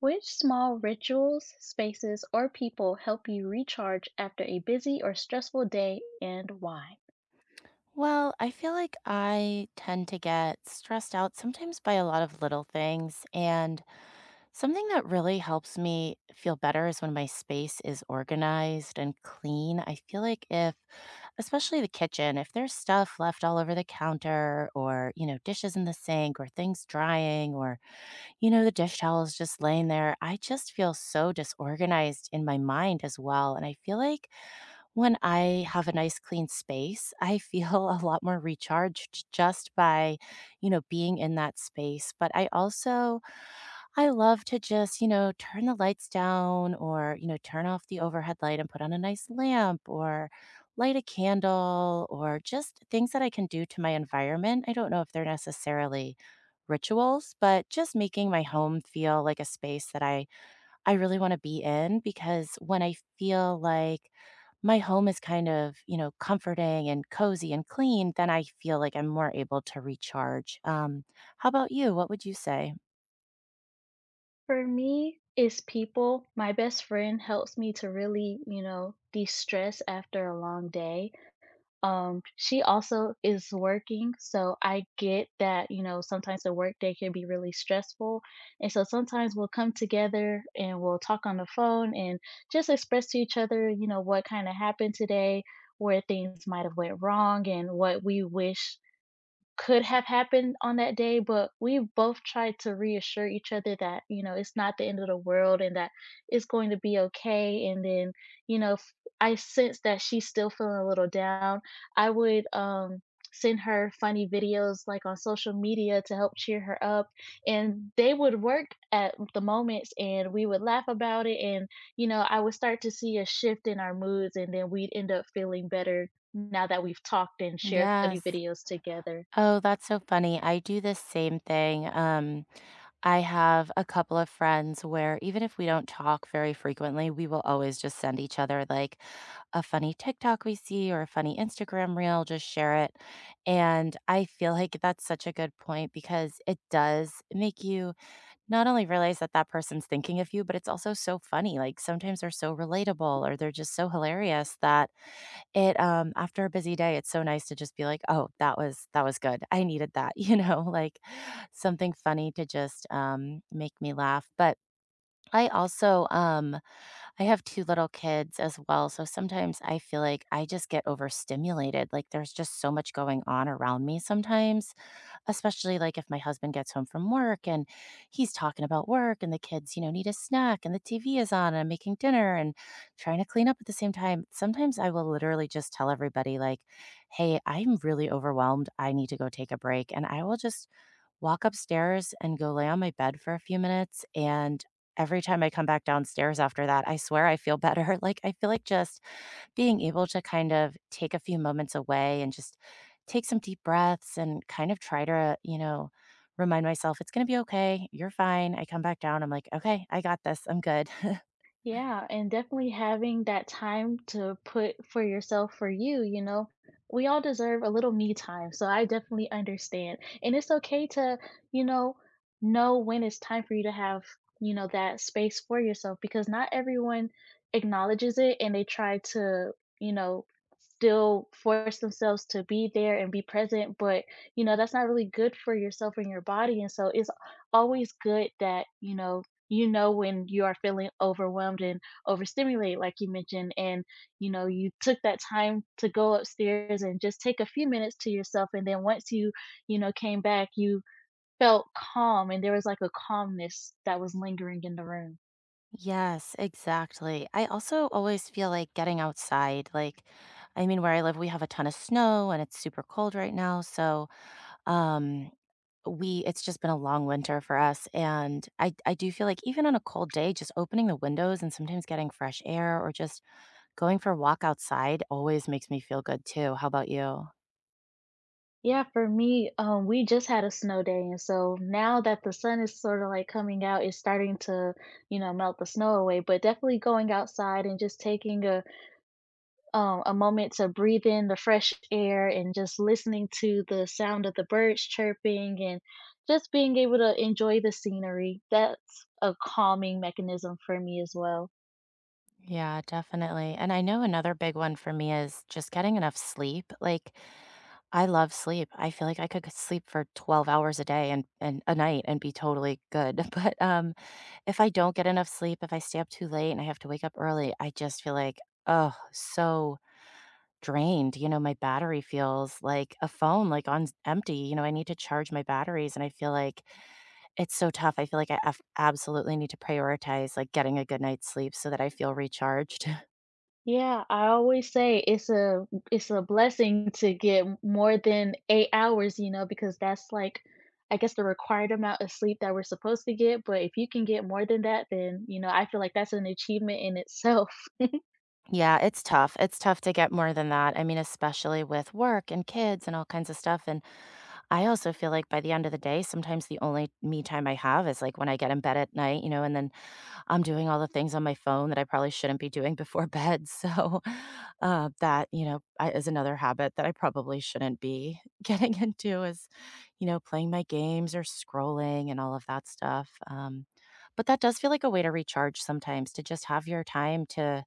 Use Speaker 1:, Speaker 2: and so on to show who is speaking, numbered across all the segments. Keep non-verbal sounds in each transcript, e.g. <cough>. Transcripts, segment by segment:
Speaker 1: Which small rituals, spaces, or people help you recharge after a busy or stressful day and why?
Speaker 2: Well, I feel like I tend to get stressed out sometimes by a lot of little things. And something that really helps me feel better is when my space is organized and clean. I feel like if, especially the kitchen, if there's stuff left all over the counter or, dishes in the sink or things drying or, the dish towels just laying there, I just feel so disorganized in my mind as well. And I feel like when I have a nice clean space, I feel <laughs> a lot more recharged just by, you know, being in that space. But I also I love to just, turn the lights down or, turn off the overhead light and put on a nice lamp or light a candle or just things that I can do to my environment. I don't know if they're necessarily rituals, but just making my home feel like a space that I really wanna be in because when I feel like my home is kind of, comforting and cozy and clean, then I feel like I'm more able to recharge. How about you? What would you say?
Speaker 1: For me, it's people. My best friend helps me to really, you know, de stress after a long day. She also is working, so I get that, you know, sometimes the workday can be really stressful. And so sometimes we'll come together and we'll talk on the phone and just express to each other, you know, what kind of happened today, where things might have went wrong and what we wish could have happened on that day, but we've both tried to reassure each other that, you know, it's not the end of the world and that it's going to be okay. And then, you know, if I sense that she's still feeling a little down, I would send her funny videos like on social media to help cheer her up and they would work at the moments and we would laugh about it and, you know, I would start to see a shift in our moods and then we'd end up feeling better now that we've talked and shared funny
Speaker 2: Yes.
Speaker 1: videos together.
Speaker 2: Oh, that's so funny. I do the same thing. I have a couple of friends where even if we don't talk very frequently, we will always just send each other like a funny TikTok we see or a funny Instagram reel, just share it. And I feel like that's such a good point because it does make you not only realize that that person's thinking of you, but it's also so funny. Like sometimes they're so relatable or they're just so hilarious that after a busy day, it's so nice to just be like, "Oh, that was good. I needed that," <laughs> you know, like something funny to just, make me laugh, but I also, I have 2 little kids as well, so sometimes I feel like I just get overstimulated, like, there's just so much going on around me sometimes, especially like if my husband gets home from work and he's talking about work and the kids, you know, need a snack and the TV is on and I'm making dinner and trying to clean up at the same time. Sometimes I will literally just tell everybody, like, hey, I'm really overwhelmed. I need to go take a break. And I will just walk upstairs and go lay on my bed for a few minutes. And every time I come back downstairs after that, I swear I feel better. <laughs> Like, I feel like just being able to kind of take a few moments away and just take some deep breaths and kind of try to, remind myself it's going to be okay. You're fine. I come back down. I'm like, okay, I got this. I'm good. <laughs>
Speaker 1: Yeah, and definitely having that time to put for yourself for you, you know, we all deserve a little me time. So I definitely understand. And it's okay to, you know when it's time for you to have, you know, that space for yourself because not everyone acknowledges it and they try to, you know, still force themselves to be there and be present, but you know, that's not really good for yourself and your body. And so it's always good that, you know when you are feeling overwhelmed and overstimulated like you mentioned and you know you took that time to go upstairs and just take a few minutes to yourself and then once you, you know, came back you felt calm and there was like a calmness that was lingering in the room.
Speaker 2: Yes, exactly. I also always feel like getting outside, like, I mean, where I live, we have a ton of snow and it's super cold right now. So, um, it's just been a long winter for us. And I do feel like even on a cold day, just opening the windows and sometimes getting fresh air or just going for a walk outside always makes me feel good too. How about you?
Speaker 1: Yeah, for me, we just had a snow day and so now that the sun is sort of like coming out it's starting to, you know, melt the snow away but definitely going outside and just taking a moment to breathe in the fresh air and just listening to the sound of the birds chirping and just being able to enjoy the scenery. That's a calming mechanism for me as well.
Speaker 2: Yeah, definitely. And I know another big one for me is just getting enough sleep. Like I love sleep. I feel like I could sleep for 12 hours a day and a night and be totally good. <laughs> But if I don't get enough sleep, if I stay up too late and I have to wake up early, I just feel like oh, so drained. You know, my battery feels like a phone like on empty. You know, I need to charge my batteries and I feel like it's so tough. I feel like I af absolutely need to prioritize, like, getting a good night's sleep so that I feel recharged. <laughs>
Speaker 1: Yeah, I always say it's a blessing to get more than 8 hours, you know, because that's like I guess the required amount of sleep that we're supposed to get, but if you can get more than that, then, you know, I feel like that's an achievement in itself.
Speaker 2: Yeah, it's tough. It's tough to get more than that. I mean, especially with work and kids and all kinds of stuff, and I also feel like by the end of the day, sometimes the only me time I have is, like, when I get in bed at night, you know, and then I'm doing all the things on my phone that I probably shouldn't be doing before bed. <laughs> So, that, is another habit that I probably shouldn't be <laughs> getting into is, playing my games or scrolling and all of that stuff. But that does feel like a way to recharge sometimes to just have your time to,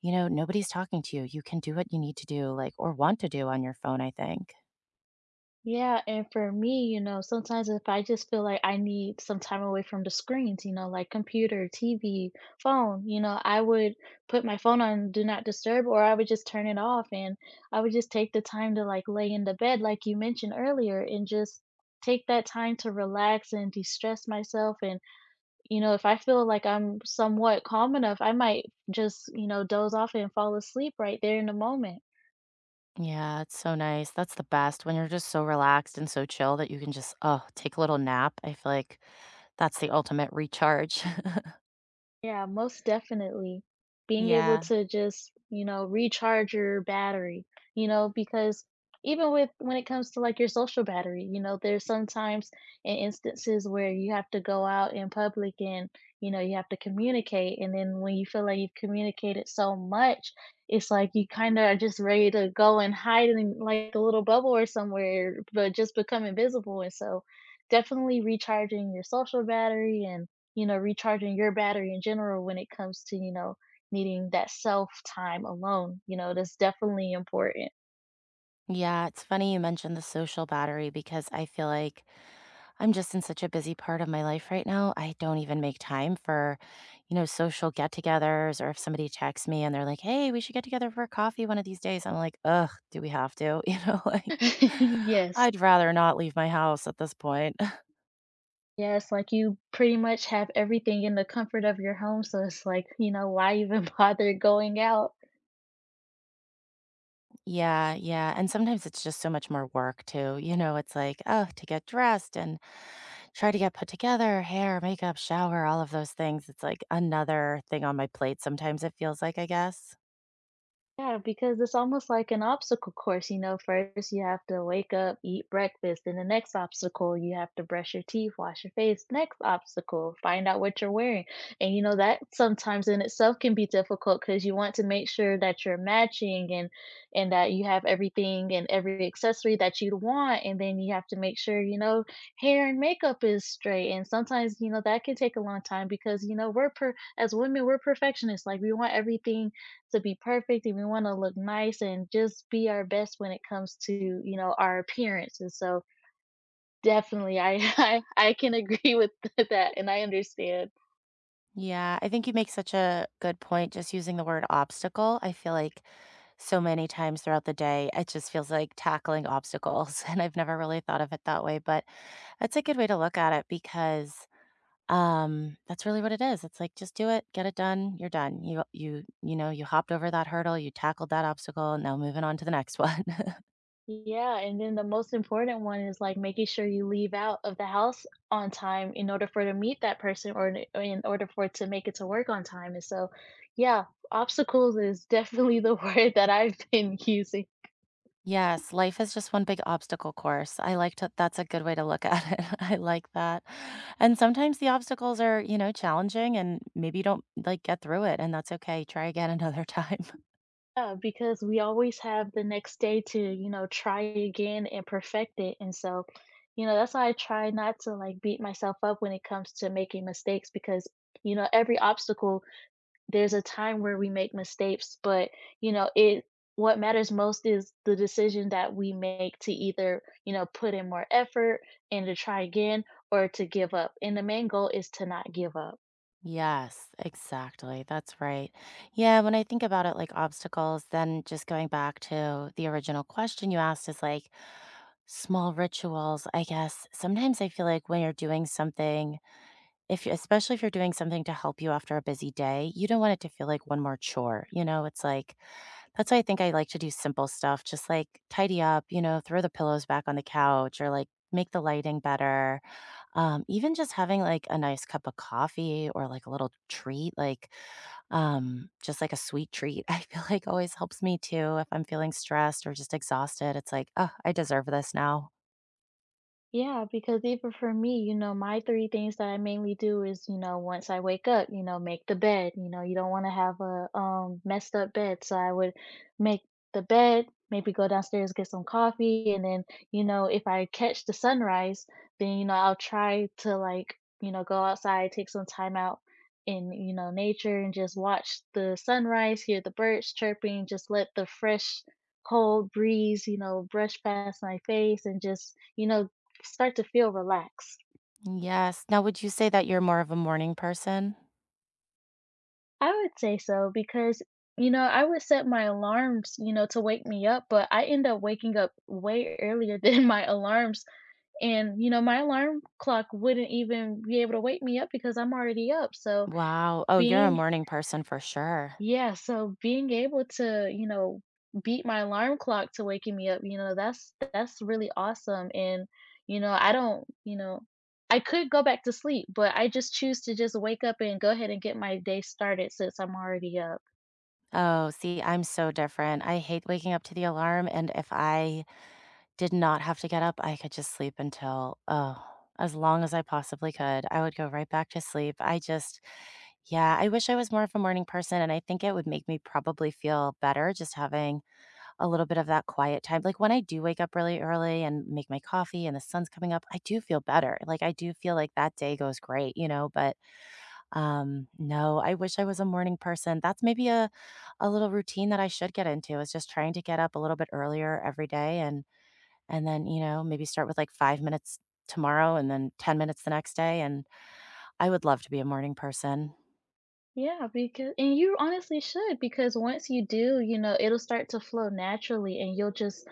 Speaker 2: nobody's talking to you. You can do what you need to do, like, or want to do on your phone, I think.
Speaker 1: Yeah, and for me, you know, sometimes if I just feel like I need some time away from the screens, you know, like computer, TV, phone, you know, I would put my phone on do not disturb or I would just turn it off and I would just take the time to like lay in the bed like you mentioned earlier and just take that time to relax and de-stress myself and you know, if I feel like I'm somewhat calm enough, I might just, you know, doze off and fall asleep right there in the moment.
Speaker 2: Yeah, it's so nice. That's the best when you're just so relaxed and so chill that you can just, oh, take a little nap. I feel like that's the ultimate recharge. <laughs>
Speaker 1: Yeah, most definitely. Being able
Speaker 2: Yeah.
Speaker 1: to just, you know, recharge your battery, you know, because even with when it comes to like your social battery, you know, there's sometimes in instances where you have to go out in public and, you know, you have to communicate. And then when you feel like you've communicated so much, it's like you kind of are just ready to go and hide in like a little bubble or somewhere, but just become invisible. And so definitely recharging your social battery and you know, recharging your battery in general when it comes to, you know, needing that self time alone. You know, that's definitely important.
Speaker 2: Yeah. It's funny you mentioned the social battery because I feel like I'm just in such a busy part of my life right now. I don't even make time for, social get togethers or if somebody texts me and they're like, hey, we should get together for coffee one of these days. I'm like, ugh, do we have to? <laughs> You know, like
Speaker 1: <laughs> Yes.
Speaker 2: I'd rather not leave my house at this point.
Speaker 1: Yes, like you pretty much have everything in the comfort of your home, so it's like, you know, why even <laughs> bother going out?
Speaker 2: Yeah, yeah, and sometimes it's just so much more work too, you know, it's like, oh, to get dressed and try to get put together, hair, makeup, shower, all of those things. It's like another thing on my plate sometimes it feels like, I guess.
Speaker 1: Yeah, because it's almost like an obstacle course, you know, first you have to wake up, eat breakfast, then the next obstacle, you have to brush your teeth, wash your face, next obstacle, find out what you're wearing. And you know, that sometimes in itself can be difficult because you want to make sure that you're matching and that you have everything and every accessory that you'd want. And then you have to make sure, you know, hair and makeup is straight. And sometimes, you know, that can take a long time because, you know, we're per as women, we're perfectionists. Like we want everything to be perfect and we want to look nice and just be our best when it comes to, you know, our appearance. And so definitely I <laughs> I can agree with <laughs> that and I understand.
Speaker 2: Yeah, I think you make such a good point just using the word obstacle. I feel like so many times throughout the day, it just feels like tackling obstacles, <laughs> and I've never really thought of it that way, but that's a good way to look at it because that's really what it is. It's like, just do it, get it done, you're done. You know, you hopped over that hurdle, you tackled that obstacle, now moving on to the next one. <laughs>
Speaker 1: Yeah, and then the most important one is like making sure you leave out of the house on time in order for to meet that person or in order for to make it to work on time. And so, yeah, obstacles is definitely the <laughs> word that I've been using.
Speaker 2: Yes, life is just one big obstacle course. I like to that's a good way to look at it. <laughs> I like that. And sometimes the obstacles are, you know, challenging and maybe you don't like get through it and that's okay. Try again another time. <laughs>
Speaker 1: Yeah, because we always have the next day to, you know, try again and perfect it. And so, you know, that's why I try not to like beat myself up when it comes to making mistakes because, you know, every obstacle, there's a time where we make mistakes, but, you know, it, what matters most is the decision that we make to either, you know, put in more effort and to try again or to give up. And the main goal is to not give up.
Speaker 2: Yes, exactly. That's right. Yeah, when I think about it like obstacles, then just going back to the original question you asked is like small rituals, I guess. Sometimes I feel like when you're doing something, if you especially if you're doing something to help you after a busy day, you don't want it to feel like one more chore, you know? It's like that's why I think I like to do simple stuff, just like tidy up, you know, throw the pillows back on the couch or like make the lighting better. Even just having like a nice cup of coffee or like a little treat, like just like a sweet treat, <laughs> I feel like always helps me too. If I'm feeling stressed or just exhausted, it's like, oh, I deserve this now.
Speaker 1: Yeah, because even for me, you know, my three things that I mainly do is, you know, once I wake up, you know, make the bed. You know, you don't want to have a messed up bed. So I would make the bed, maybe go downstairs, get some coffee, and then, you know, if I catch the sunrise, then, you know, I'll try to like, you know, go outside, take some time out in, you know, nature and just watch the sunrise, hear the birds chirping, just let the fresh cold breeze, you know, brush past my face and just you know, start to feel relaxed.
Speaker 2: Yes. Now, would you say that you're more of a morning person?
Speaker 1: I would say so because, you know, I would set my alarms, you know, to wake me up, but I end up waking up way earlier <laughs> than my alarms. And, you know, my alarm clock wouldn't even be able to wake me up because I'm already up. So
Speaker 2: Wow. Oh, you're a
Speaker 1: being.
Speaker 2: morning person for sure.
Speaker 1: Yeah, so being able to, you know, beat my alarm clock to waking me up, you know, that's really awesome. And, you know, I don't, you know, I could go back to sleep, but I just choose to just wake up and go ahead and get my day started since I'm already up.
Speaker 2: Oh, see, I'm so different. I hate waking up to the alarm. And if I did not have to get up, I could just sleep until, oh, as long as I possibly could. I would go right back to sleep. Yeah, I wish I was more of a morning person. And I think it would make me probably feel better just having a little bit of that quiet time. Like when I do wake up really early and make my coffee and the sun's coming up, I do feel better. Like I do feel like that day goes great, you know, but no, I wish I was a morning person. That's maybe a little routine that I should get into is just trying to get up a little bit earlier every day and then, you know, maybe start with like 5 minutes tomorrow and then 10 minutes the next day and I would love to be a morning person.
Speaker 1: Yeah, because and you honestly should because once you do, you know, it'll start to flow naturally and you'll just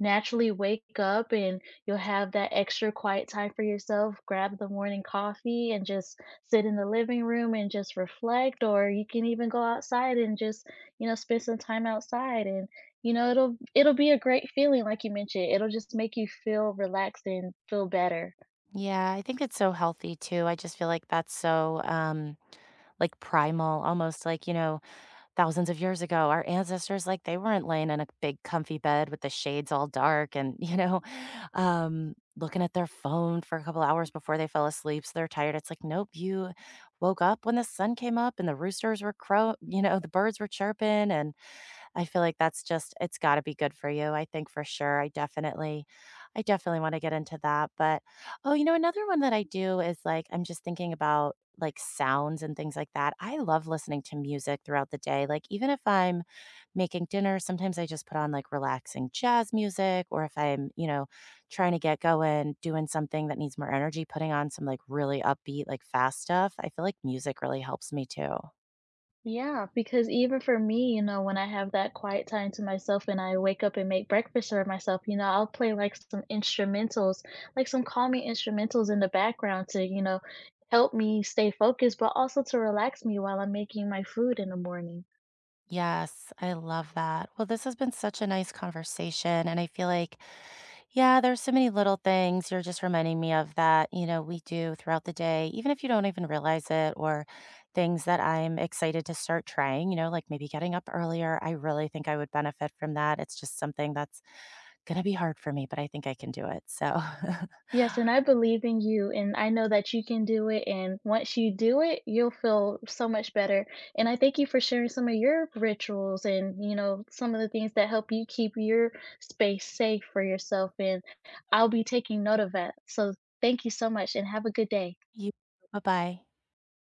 Speaker 1: naturally wake up and you'll have that extra quiet time for yourself, grab the morning coffee and just sit in the living room and just reflect or you can even go outside and just, you know, spend some time outside and you know, it'll be a great feeling like you mentioned. It'll just make you feel relaxed and feel better.
Speaker 2: Yeah, I think it's so healthy too. I just feel like that's so like primal, almost like, you know, thousands of years ago, our ancestors, like, they weren't laying in a big comfy bed with the shades all dark and, you know, <laughs> looking at their phone for a couple hours before they fell asleep, so they're tired. It's like, nope, you woke up when the sun came up and the roosters were crow you know, the birds were chirping and I feel like that's just it's gotta be good for you, I think for sure. I definitely wanna get into that, but oh, you know, another one that I do is, like, I'm just thinking about, like, sounds and things like that. I love listening to music throughout the day, like, even if I'm making dinner, sometimes I just put on, like, relaxing jazz music, or if I'm, trying to get going, doing something that needs more energy, putting on some, like, really upbeat, like, fast stuff. I feel like music really helps me too.
Speaker 1: Yeah, because even for me, you know, when I have that quiet time to myself and I wake up and make breakfast for myself, you know, I'll play like some instrumentals, like some calming instrumentals in the background to, you know, help me stay focused, but also to relax me while I'm making my food in the morning.
Speaker 2: Yes, I love that. Well, this has been such a nice conversation. And I feel like, yeah, there's so many little things you're just reminding me of that, you know, we do throughout the day, even if you don't even realize it, or things that I'm excited to start trying, you know, like maybe getting up earlier. I really think I would benefit from that. It's just something that's going to be hard for me, but I think I can do it. So,
Speaker 1: Yes, and I
Speaker 2: <laughs>
Speaker 1: believe in you, and I know that you can do it. And once you do it, you'll feel so much better. And I thank you for sharing some of your rituals and, you know, some of the things that help you keep your space safe for yourself. And I'll be taking note of that. So thank you so much and have a good day.
Speaker 2: you, bye bye.